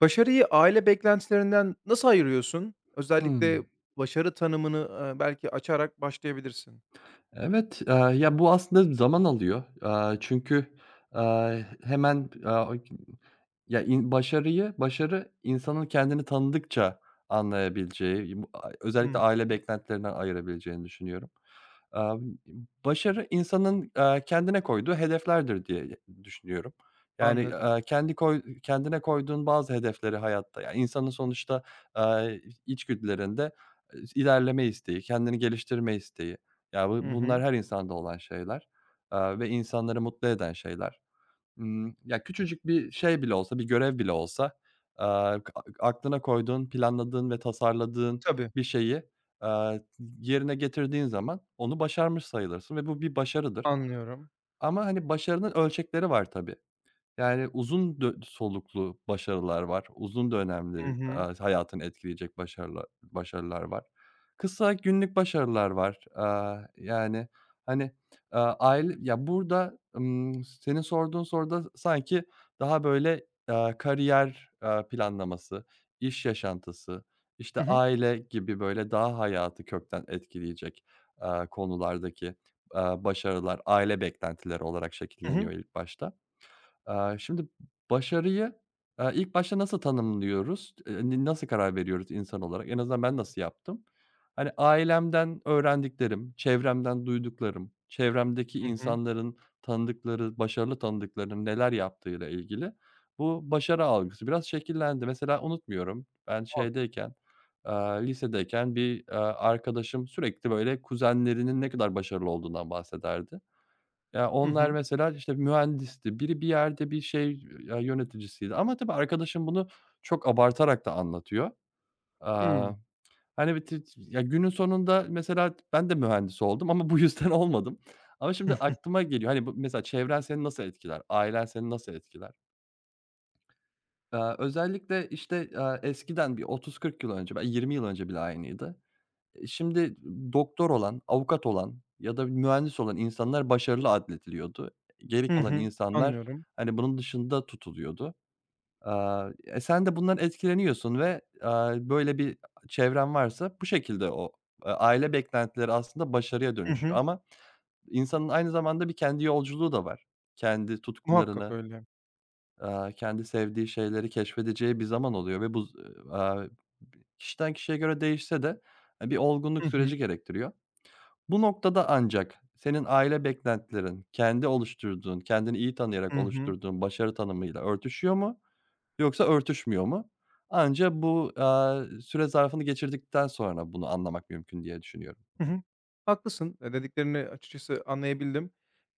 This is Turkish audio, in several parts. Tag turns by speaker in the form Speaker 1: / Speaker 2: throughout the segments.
Speaker 1: Başarıyı aile beklentilerinden nasıl ayırıyorsun?
Speaker 2: Hımm.
Speaker 1: Özellikle başarı tanımını, belki açarak başlayabilirsin.
Speaker 2: Evet, ya, bu aslında zaman alıyor. Çünkü, aaa, hemen, Ya, başarı insanın kendini tanıdıkça anlayabileceği, bu
Speaker 1: Hı
Speaker 2: özellikle aile
Speaker 1: hı.
Speaker 2: beklentilerinden ayırabileceğini düşünüyorum. Aaa, Başarı insanın, kendine koyduğu hedeflerdir diye düşünüyorum. Yani,
Speaker 1: Anladım.
Speaker 2: kendine koyduğun bazı hedefleri hayatta, ya, insanın sonuçta, aaa, içgüdülerinde, ilerleme isteği, kendini geliştirme isteği, ya, bu
Speaker 1: Hı hı.
Speaker 2: bunlar her insanda olan şeyler, ve insanları mutlu eden şeyler. Ya, küçücük bir şey bile olsa, bir görev bile olsa, eee, k aklına koyduğun, planladığın ve tasarladığın
Speaker 1: Tabii,
Speaker 2: bir şeyi, eee, yerine getirdiğin zaman onu başarmış sayılırsın ve bu bir başarıdır.
Speaker 1: anlıyorum.
Speaker 2: Ama, hani, başarının ölçekleri var tabii. Yani, uzun dö soluklu başarılar var. Uzun
Speaker 1: Hı
Speaker 2: dönemli,
Speaker 1: hı.
Speaker 2: hayatını etkileyecek başarılar var. Kısa günlük başarılar var. Yani, hani, aile ya, burada, senin sorduğun soruda sanki daha böyle, kariyer, planlaması, iş yaşantısı, işte,
Speaker 1: Hı hı.
Speaker 2: aile gibi böyle daha hayatı kökten etkileyecek, konulardaki, başarılar aile beklentileri olarak
Speaker 1: Hı
Speaker 2: şekilleniyor
Speaker 1: hı.
Speaker 2: ilk başta. Şimdi başarıyı, ilk başta nasıl tanımlıyoruz? Nasıl karar veriyoruz insan olarak? En azından ben nasıl yaptım? Hani, ailemden öğrendiklerim, çevremden duyduklarım, çevremdeki
Speaker 1: Hı hı.
Speaker 2: insanların tanıdıkları, başarılı tanıdıklarının neler yaptığıyla ilgili bu başarı algısı biraz şekillendi. Mesela unutmuyorum, ben
Speaker 1: Muhak
Speaker 2: şeydeyken, lisedeyken bir, arkadaşım sürekli böyle kuzenlerinin ne kadar başarılı olduğundan bahsederdi. Ya,
Speaker 1: Hı
Speaker 2: onlar
Speaker 1: hı.
Speaker 2: mesela, işte, mühendisti, biri bir yerde bir şey, ya, yöneticisiydi ama tabii arkadaşım bunu çok abartarak da anlatıyor. Aaa,
Speaker 1: Hımm.
Speaker 2: Hani, bir ya, günün sonunda mesela ben de mühendis oldum ama bu yüzden olmadım. Ama şimdi aklıma geliyor, hani, bu mesela çevren seni nasıl etkiler, ailen seni nasıl etkiler? Özellikle, işte, eskiden bir 30-40 yıl önce, belki 20 yıl önce bile aynıydı. Şimdi doktor olan, avukat olan ya da mühendis olan insanlar başarılı adletiliyordu. Geri
Speaker 1: Hı
Speaker 2: kalan
Speaker 1: hı.
Speaker 2: insanlar,
Speaker 1: Anlıyorum.
Speaker 2: hani, bunun dışında tutuluyordu. Sen de bundan etkileniyorsun ve, böyle bir çevren varsa bu şekilde o, aile beklentileri aslında başarıya
Speaker 1: Hı
Speaker 2: dönüşüyor
Speaker 1: hı.
Speaker 2: ama insanın aynı zamanda bir kendi yolculuğu da var. Kendi
Speaker 1: Muhakkak
Speaker 2: tutkularını,
Speaker 1: öyle.
Speaker 2: kendi sevdiği şeyleri keşfedeceği bir zaman oluyor ve bu z aaa, kişiden kişiye göre değişse de, bir olgunluk
Speaker 1: Hı hı.
Speaker 2: süreci gerektiriyor. Bu noktada ancak senin aile beklentilerin, kendi oluşturduğun, kendini iyi tanıyarak
Speaker 1: Hı hı.
Speaker 2: oluşturduğun başarı tanımıyla örtüşüyor mu yoksa örtüşmüyor mu? Anca bu, süre zarfını geçirdikten sonra bunu anlamak mümkün diye düşünüyorum.
Speaker 1: Hı hı. Haklısın. Dediklerini açıkçası anlayabildim.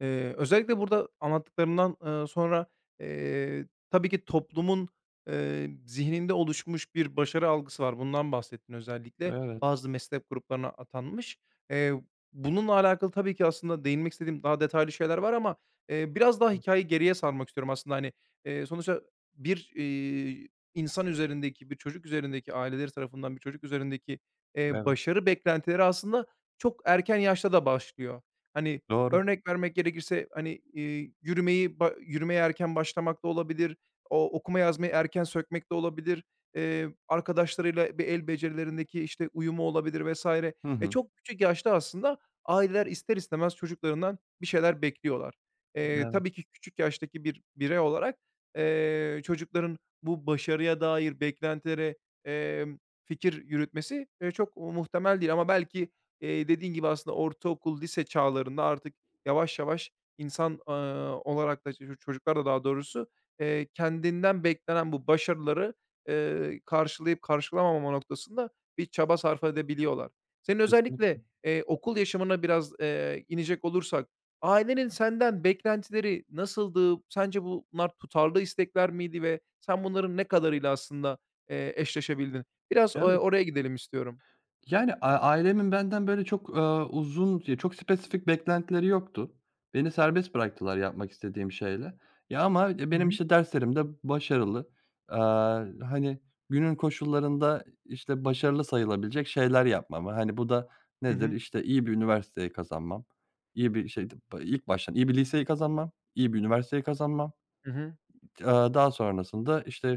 Speaker 1: Özellikle burada anlattıklarından, sonra, tabii ki toplumun, zihninde oluşmuş bir başarı algısı var. Bundan bahsettin özellikle.
Speaker 2: Evet,
Speaker 1: Bazı meslek gruplarına atanmış. Eee, Bununla alakalı tabii ki aslında değinmek istediğim daha detaylı şeyler var ama, biraz daha hikayeyi geriye sarmak istiyorum aslında. Hani, sonuçta bir, insan üzerindeki, bir çocuk üzerindeki, aileleri tarafından bir çocuk üzerindeki,
Speaker 2: evet.
Speaker 1: başarı beklentileri aslında çok erken yaşta da başlıyor. Hani,
Speaker 2: Doğru.
Speaker 1: örnek vermek gerekirse, hani, yürümeyi ba yürümeye erken başlamak da olabilir, o okuma yazmayı erken sökmek de olabilir, arkadaşlarıyla bir el becerilerindeki, işte, uyumu olabilir vesaire.
Speaker 2: Hı
Speaker 1: E,
Speaker 2: hı.
Speaker 1: çok küçük yaşta aslında aileler ister istemez çocuklarından bir şeyler bekliyorlar.
Speaker 2: Evet,
Speaker 1: Tabii ki küçük yaştaki bir birey olarak, çocukların bu başarıya dair beklentilere, emm, fikir yürütmesi, çok muhtemel değil ama belki dediğin gibi aslında ortaokul, lise çağlarında artık yavaş yavaş insan, olarak da çocuklar da daha doğrusu, kendinden beklenen bu başarıları, karşılayıp karşılamama noktasında bir çaba sarf edebiliyorlar. Senin özellikle,
Speaker 2: kesinlikle.
Speaker 1: okul yaşamına biraz, inecek olursak ailenin senden beklentileri nasıldı? Sence bunlar tutarlı istekler miydi ve sen bunların ne kadarıyla aslında, eşleşebildin? Biraz,
Speaker 2: Evet.
Speaker 1: oraya gidelim istiyorum.
Speaker 2: Yani, ailemin benden böyle çok, uzun ya, çok spesifik beklentileri yoktu. Beni serbest bıraktılar yapmak istediğim şeyle. Ya, ama,
Speaker 1: Hı
Speaker 2: benim,
Speaker 1: hı.
Speaker 2: işte, derslerimde başarılı, eee, hani, günün koşullarında, işte, başarılı sayılabilecek şeyler yapmamı, hani, bu da
Speaker 1: Hı
Speaker 2: nedir?
Speaker 1: hı.
Speaker 2: İşte, iyi bir üniversiteyi kazanmam, iyi bir şey ilk baştan iyi bir liseyi kazanmam, iyi bir üniversiteyi kazanmam.
Speaker 1: Hı hı.
Speaker 2: Eee, Daha sonrasında, işte,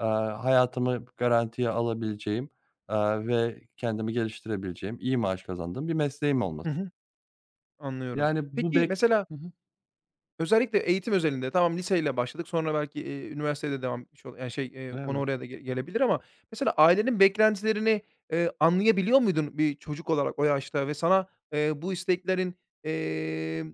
Speaker 2: hayatımı garantiye alabileceğim, ve kendimi geliştirebileceğim, iyi maaş kazandığım bir mesleğim
Speaker 1: Hı
Speaker 2: olması.
Speaker 1: hı, anlıyorum.
Speaker 2: Yani bu
Speaker 1: Peki,
Speaker 2: bek
Speaker 1: mesela,
Speaker 2: Hı hı.
Speaker 1: özellikle eğitim özelinde tamam liseyle başladık, sonra belki, üniversitede devam etmiş ol yani, şey, konu
Speaker 2: Evet.
Speaker 1: oraya da gelebilir ama mesela ailenin beklentilerini, anlayabiliyor muydun bir çocuk olarak o yaşta ve sana, bu isteklerin, emm,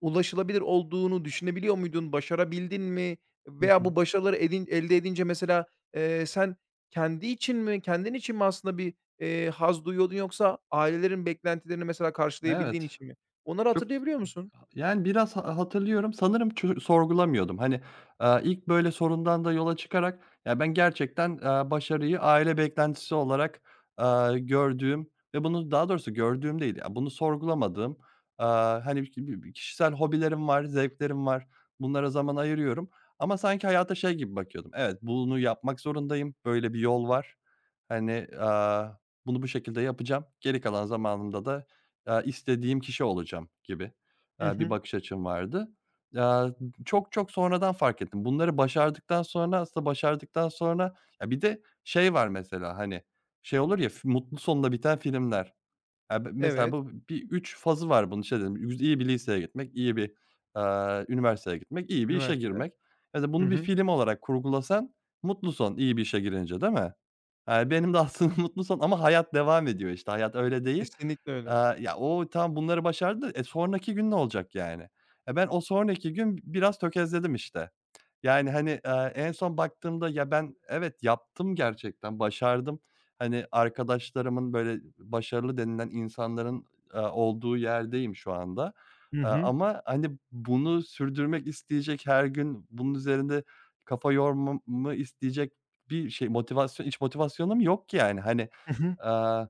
Speaker 1: ulaşılabilir olduğunu düşünebiliyor muydun? Başarabildin mi?
Speaker 2: Hı
Speaker 1: Veya
Speaker 2: hı.
Speaker 1: bu başarıları elde edince mesela, sen kendi için mi, kendin için mi aslında bir, haz duyuyordun yoksa ailelerin beklentilerini mesela karşılayabildiğin
Speaker 2: Evet.
Speaker 1: için mi? Onları
Speaker 2: Çok
Speaker 1: hatırlayabiliyor musun?
Speaker 2: Yani biraz hatırlıyorum. Sanırım sorgulamıyordum. Hani, ilk böyle sorundan da yola çıkarak ya, ben gerçekten, başarıyı aile beklentisi olarak, gördüğüm ve bunu daha doğrusu gördüğüm değil, ya, bunu sorgulamadığım, eee, hani, bi bi bi kişisel hobilerim var, zevklerim var. Bunlara zaman ayırıyorum ama sanki hayata şey gibi bakıyordum. Evet, bunu yapmak zorundayım. Böyle bir yol var. Hani, bunu bu şekilde yapacağım. Geri kalan zamanımda da, istediğim kişi olacağım gibi.
Speaker 1: Hı
Speaker 2: Bir
Speaker 1: hı.
Speaker 2: bakış açım vardı. Aaa, Çok çok sonradan fark ettim. Bunları başardıktan sonra, aslında başardıktan sonra ya, bir de şey var mesela, hani, şey olur ya, mutlu sonla biten filmler. Ya, mesela
Speaker 1: Evet.
Speaker 2: bu bir 3 fazı var bunun. Şey dedim, iyi bir liseye gitmek, iyi bir, üniversiteye gitmek, iyi bir işe
Speaker 1: Üniversite.
Speaker 2: girmek. Mesela
Speaker 1: Hı
Speaker 2: bunu bir
Speaker 1: hı.
Speaker 2: film olarak kurgulasan mutlu son iyi bir işe girince, değil mi? Benim de aslında mutlu son ama hayat devam ediyor, işte. Hayat öyle değil.
Speaker 1: Kesinlikle öyle.
Speaker 2: Ya, o tamam bunları başardı da, sonraki gün ne olacak yani? Ben o sonraki gün biraz tökezledim işte. Yani, hani, en son baktığımda ya ben evet yaptım gerçekten, başardım. Hani, arkadaşlarımın böyle başarılı denilen insanların, olduğu yerdeyim şu anda.
Speaker 1: Hı hı.
Speaker 2: Ama, hani, bunu sürdürmek isteyecek, her gün bunun üzerinde kafa yormamı isteyecek bir şey, motivasyon iç motivasyonum yok yani. Hani,
Speaker 1: Hı hı.
Speaker 2: aaa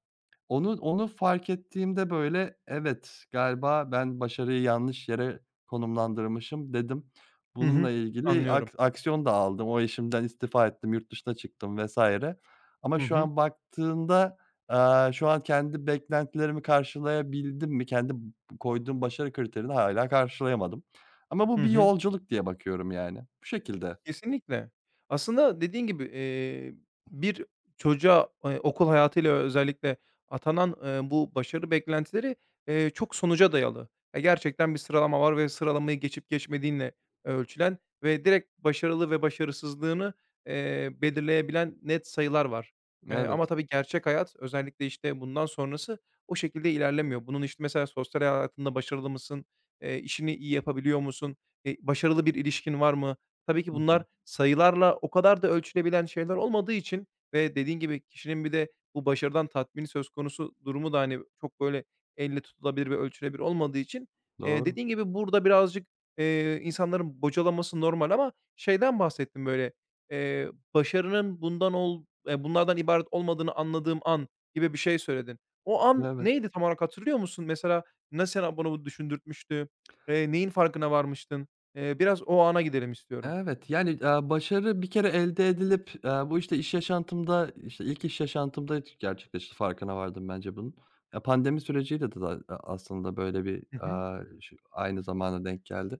Speaker 2: onu fark ettiğimde, böyle, "Evet, galiba ben başarıyı yanlış yere konumlandırmışım." dedim.
Speaker 1: Hı
Speaker 2: Bununla
Speaker 1: hı.
Speaker 2: ilgili
Speaker 1: Anlıyorum.
Speaker 2: aksiyon da aldım. O işimden istifa ettim, yurt dışına çıktım vs. ama
Speaker 1: Hı
Speaker 2: şu
Speaker 1: hı.
Speaker 2: an baktığında, şu an kendi beklentilerimi karşılayabildim mi? Kendi koyduğum başarı kriterini hâlâ karşılayamadım ama bu
Speaker 1: Hı
Speaker 2: bir
Speaker 1: hı.
Speaker 2: yolculuk diye bakıyorum, yani. Bu şekilde.
Speaker 1: Kesinlikle. Aslında dediğin gibi, bir çocuğa, okul hayatıyla özellikle atanan, bu başarı beklentileri, çok sonuca dayalı. Ya, gerçekten bir sıralama var ve sıralamayı geçip geçmediğinle ölçülen ve direkt başarılı ve başarısızlığını, belirleyebilen net sayılar var.
Speaker 2: Evet.
Speaker 1: Ama tabii gerçek hayat özellikle, işte, bundan sonrası o şekilde ilerlemiyor. Bunun, işte, mesela sosyal hayatında başarılı mısın? İşini iyi yapabiliyor musun? Başarılı bir ilişkin var mı? Tabii ki
Speaker 2: Hı
Speaker 1: bunlar
Speaker 2: hı.
Speaker 1: sayılarla o kadar da ölçülebilen şeyler olmadığı için ve dediğin gibi kişinin bir de bu başarıdan tatmini söz konusu durumu da, hani, çok böyle elle tutulabilir ve ölçülebilir olmadığı için,
Speaker 2: Doğru.
Speaker 1: dediğin gibi burada birazcık, insanların bocalaması normal ama şeyden bahsettim böyle, başarının bundan ol bunlardan ibaret olmadığını anladığım an gibi bir şey söyledin. O an
Speaker 2: Evet.
Speaker 1: neydi tam olarak hatırlıyor musun? Mesela ne sana bunu düşündürtmüştü? Neyin farkına varmıştın? Biraz o ana gidelim istiyorum.
Speaker 2: Evet, yani, başarı bir kere elde edilip, bu, işte, iş yaşantımda, işte, ilk iş yaşantımda gerçekleşti, farkına vardım bence bunun. Ya, pandemi süreciyle da aslında böyle bir,
Speaker 1: Hı hı.
Speaker 2: aynı zamana denk geldi.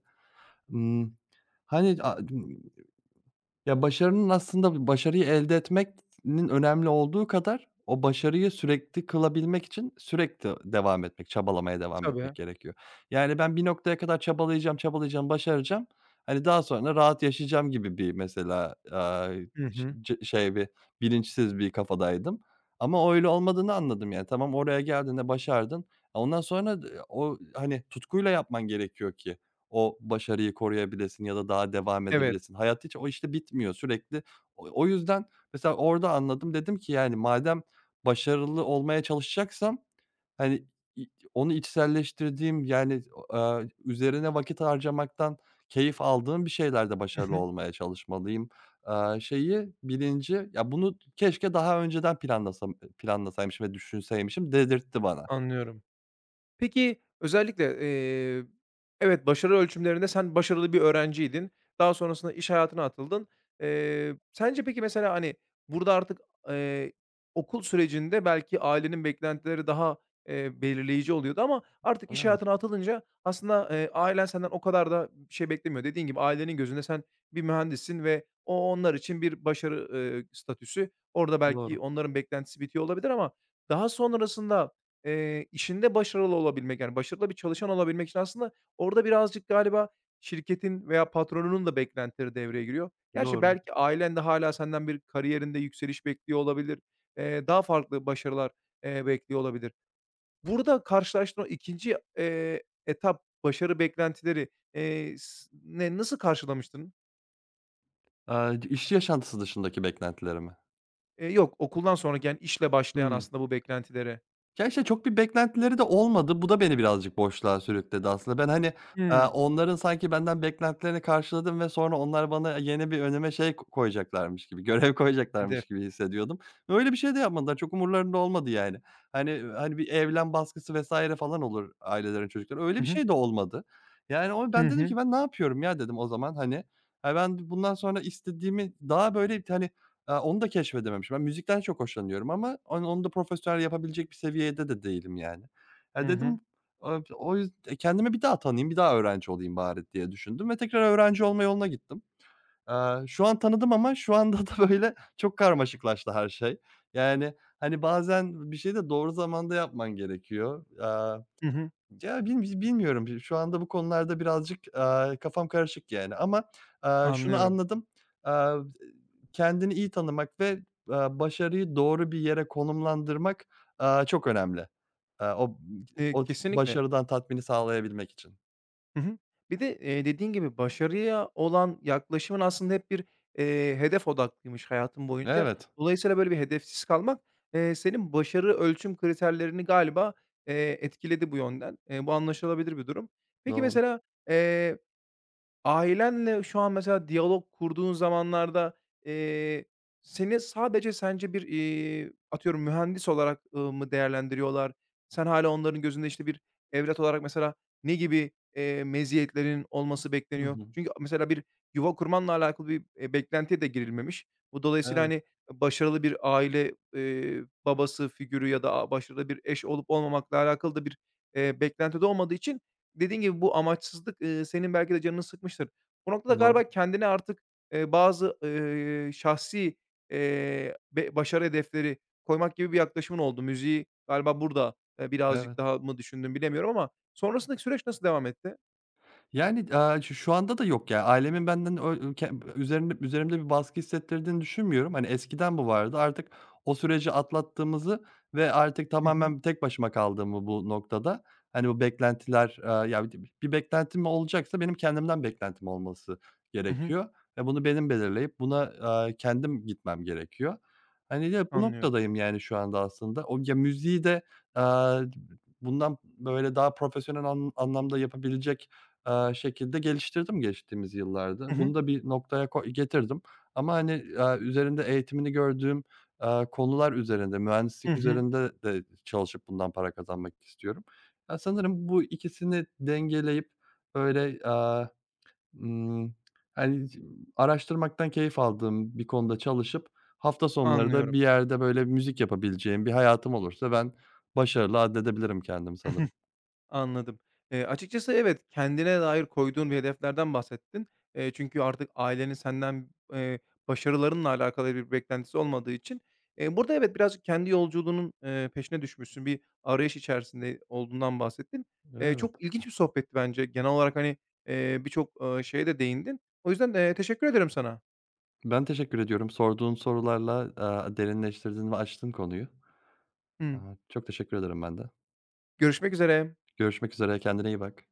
Speaker 2: Imm, Hani, ya, başarının aslında başarıyı elde etmenin önemli olduğu kadar o başarıyı sürekli kılabilmek için sürekli devam etmek, çabalamaya devam etmek
Speaker 1: Tabii.
Speaker 2: gerekiyor. Yani, ben bir noktaya kadar çabalayacağım, çabalayacağım, başaracağım. Hani, daha sonra rahat yaşayacağım gibi bir mesela,
Speaker 1: Hı
Speaker 2: ş
Speaker 1: hı.
Speaker 2: c şey bir bilinçsiz bir kafadaydım ama öyle olmadığını anladım, yani. Tamam, oraya geldiğinde başardın. Ondan sonra hani, tutkuyla yapman gerekiyor ki o başarıyı koruyabilesin ya da daha devam
Speaker 1: Evet.
Speaker 2: edebilesin. Hayat hiç o, işte, bitmiyor sürekli. O yüzden mesela orada anladım. Dedim ki, yani, madem başarılı olmaya çalışacaksam, hani, i onu içselleştirdiğim, yani, üzerine vakit harcamaktan keyif aldığım bir şeylerde
Speaker 1: Hı
Speaker 2: başarılı
Speaker 1: hı.
Speaker 2: olmaya çalışmalıyım. Şeyi, bilinci, ya, bunu keşke daha önceden planlasaymışım ve düşünseymişim dedirtti bana.
Speaker 1: Anlıyorum. Peki, özellikle, evet, başarı ölçümlerinde sen başarılı bir öğrenciydin. Daha sonrasında iş hayatına atıldın. Sence peki mesela, hani, burada artık, eee, okul sürecinde belki ailenin beklentileri daha, belirleyici oluyordu ama artık iş
Speaker 2: Evet,
Speaker 1: hayatına atılınca aslında, ailen senden o kadar da bir şey beklemiyor. Dediğin gibi ailenin gözünde sen bir mühendissin ve o onlar için bir başarı, statüsü. Orada belki
Speaker 2: doğru,
Speaker 1: onların beklentisi bitiyor olabilir ama daha sonrasında işinde başarılı olabilmek, yani, başarılı bir çalışan olabilmek için aslında orada birazcık galiba şirketin veya patronunun da beklentileri devreye giriyor. Gerçi
Speaker 2: doğru.
Speaker 1: belki ailen de hala senden bir kariyerinde yükseliş bekliyor olabilir. Daha farklı başarılar, bekliyor olabilir. Burada karşılaştığın o 2'nci, etap, başarı beklentileri, s ne nasıl karşılamıştın?
Speaker 2: İş yaşantısı dışındaki beklentilerimi.
Speaker 1: Yok, okuldan sonra yani, işle başlayan
Speaker 2: Hımm.
Speaker 1: aslında bu beklentilere.
Speaker 2: Ya, işte, çok bir beklentileri de olmadı. Bu da beni birazcık boşluğa sürükledi aslında. Ben, hani,
Speaker 1: Hımm,
Speaker 2: onların sanki benden beklentilerini karşıladım ve sonra onlar bana yeni bir önüme şey koyacaklarmış gibi, görev koyacaklarmış
Speaker 1: hedef.
Speaker 2: gibi hissediyordum. Öyle bir şey de yapmadılar. Çok umurlarında olmadı yani. Hani bir evlen baskısı vs. falan olur ailelerin çocuklara. Öyle
Speaker 1: Hı
Speaker 2: bir
Speaker 1: hı.
Speaker 2: şey de olmadı. Yani o
Speaker 1: Hı
Speaker 2: ben dedim ki
Speaker 1: hı.
Speaker 2: "Ben ne yapıyorum ya?" dedim o zaman, hani. Ben bundan sonra istediğimi daha böyle, hani, onu da keşfedememişim. Ben müzikten çok hoşlanıyorum ama onu da profesyonel yapabilecek bir seviyede de değilim yani. Ya,
Speaker 1: Hı
Speaker 2: dedim,
Speaker 1: hı.
Speaker 2: kendime bir daha tanıyayım, bir daha öğrenci olayım bari diye düşündüm ve tekrar öğrenci olma yoluna gittim. Şu an tanıdım ama şu anda da, böyle, çok karmaşıklaştı her şey. Yani, hani, bazen bir şeyi de doğru zamanda yapman gerekiyor.
Speaker 1: Hı hı.
Speaker 2: Ya, bilmiyorum. Şu anda bu konularda birazcık, kafam karışık yani ama, şunu
Speaker 1: Anlıyorum.
Speaker 2: anladım. Aaa, Kendini iyi tanımak ve, başarıyı doğru bir yere konumlandırmak, çok önemli. Aaa, o o
Speaker 1: Kesinlikle.
Speaker 2: başarıdan tatmini sağlayabilmek için.
Speaker 1: Hı hı. Bir de, dediğin gibi başarıya olan yaklaşımın aslında hep bir, hedef odaklıymış hayatın boyunca.
Speaker 2: Evet,
Speaker 1: Dolayısıyla böyle bir hedefsiz kalmak, senin başarı ölçüm kriterlerini galiba, etkiledi bu yönden. Bu anlaşılabilir bir durum. Peki
Speaker 2: doğru.
Speaker 1: mesela, eee ailenle şu an mesela diyalog kurduğun zamanlarda, eee, seni sadece sence bir, atıyorum mühendis olarak, mı değerlendiriyorlar? Sen hâlâ onların gözünde, işte, bir evlat olarak mesela ne gibi, meziyetlerin olması
Speaker 2: Hı
Speaker 1: bekleniyor?
Speaker 2: hı.
Speaker 1: Çünkü mesela bir yuva kurmanla alakalı bir, beklentiye de girilmemiş. Bu dolayısıyla,
Speaker 2: Evet,
Speaker 1: hani, başarılı bir aile, babası figürü ya da başarılı bir eş olup olmamakla alakalı da bir, beklenti de olmadığı için dediğin gibi bu amaçsızlık, senin belki de canını sıkmıştır. Bu noktada
Speaker 2: doğru.
Speaker 1: galiba kendine artık, bazı, şahsi, be başarı hedefleri koymak gibi bir yaklaşımın oldu. Müziği galiba burada,
Speaker 2: Evet.
Speaker 1: birazcık daha mı düşündün bilemiyorum ama sonrasındaki süreç nasıl devam etti?
Speaker 2: Yani, şu anda da yok ya. Ailemin benden ö ke üzerimde bir baskı hissettirdiğini düşünmüyorum. Hani, eskiden bu vardı. Artık o süreci atlattığımızı ve artık
Speaker 1: Hı hı.
Speaker 2: tamamen tek başıma kaldığımı bu noktada, hani, bu beklentiler, ya, bir beklentim olacaksa benim kendimden beklentim olması
Speaker 1: Hı hı.
Speaker 2: gerekiyor ve bunu benim belirleyip buna, kendim gitmem gerekiyor. Hani, bu
Speaker 1: Anlıyorum.
Speaker 2: noktadayım yani şu anda aslında. O ya müziği de, aaa, bundan böyle daha profesyonel anlamda yapabilecek şekilde geliştirdim geçtiğimiz
Speaker 1: Hı
Speaker 2: yıllarda. Bunu
Speaker 1: hı.
Speaker 2: da bir noktaya getirdim ama, hani, üzerinde eğitimini gördüğüm, konular üzerinde,
Speaker 1: Hı
Speaker 2: mühendislik
Speaker 1: hı.
Speaker 2: üzerinde de çalışıp bundan para kazanmak istiyorum. Ya, sanırım bu ikisini dengeleyip, böyle, ımm, hani, araştırmaktan keyif aldığım bir konuda çalışıp hafta sonları da
Speaker 1: Anlıyorum.
Speaker 2: bir yerde, böyle, müzik yapabileceğim bir hayatım olursa ben başarılı addedebilirim kendimi sanırım.
Speaker 1: Anladım. Açıkçası evet, kendine dair koyduğun bir hedeflerden bahsettin. Çünkü artık ailenin senden, başarılarınla alakalı bir beklentisi olmadığı için, burada evet, biraz kendi yolculuğunun, peşine düşmüşsün. Bir arayış içerisinde olduğundan bahsettin.
Speaker 2: Evet.
Speaker 1: Çok ilginç bir sohbetti bence. Genel olarak, hani, birçok, şeye de değindin. O yüzden, teşekkür ederim sana.
Speaker 2: Ben teşekkür ediyorum. Sorduğun sorularla, derinleştirdin ve açtın konuyu.
Speaker 1: Hımm.
Speaker 2: Çok teşekkür ederim ben de.
Speaker 1: Görüşmek üzere.
Speaker 2: Görüşmek üzere, kendine iyi bak.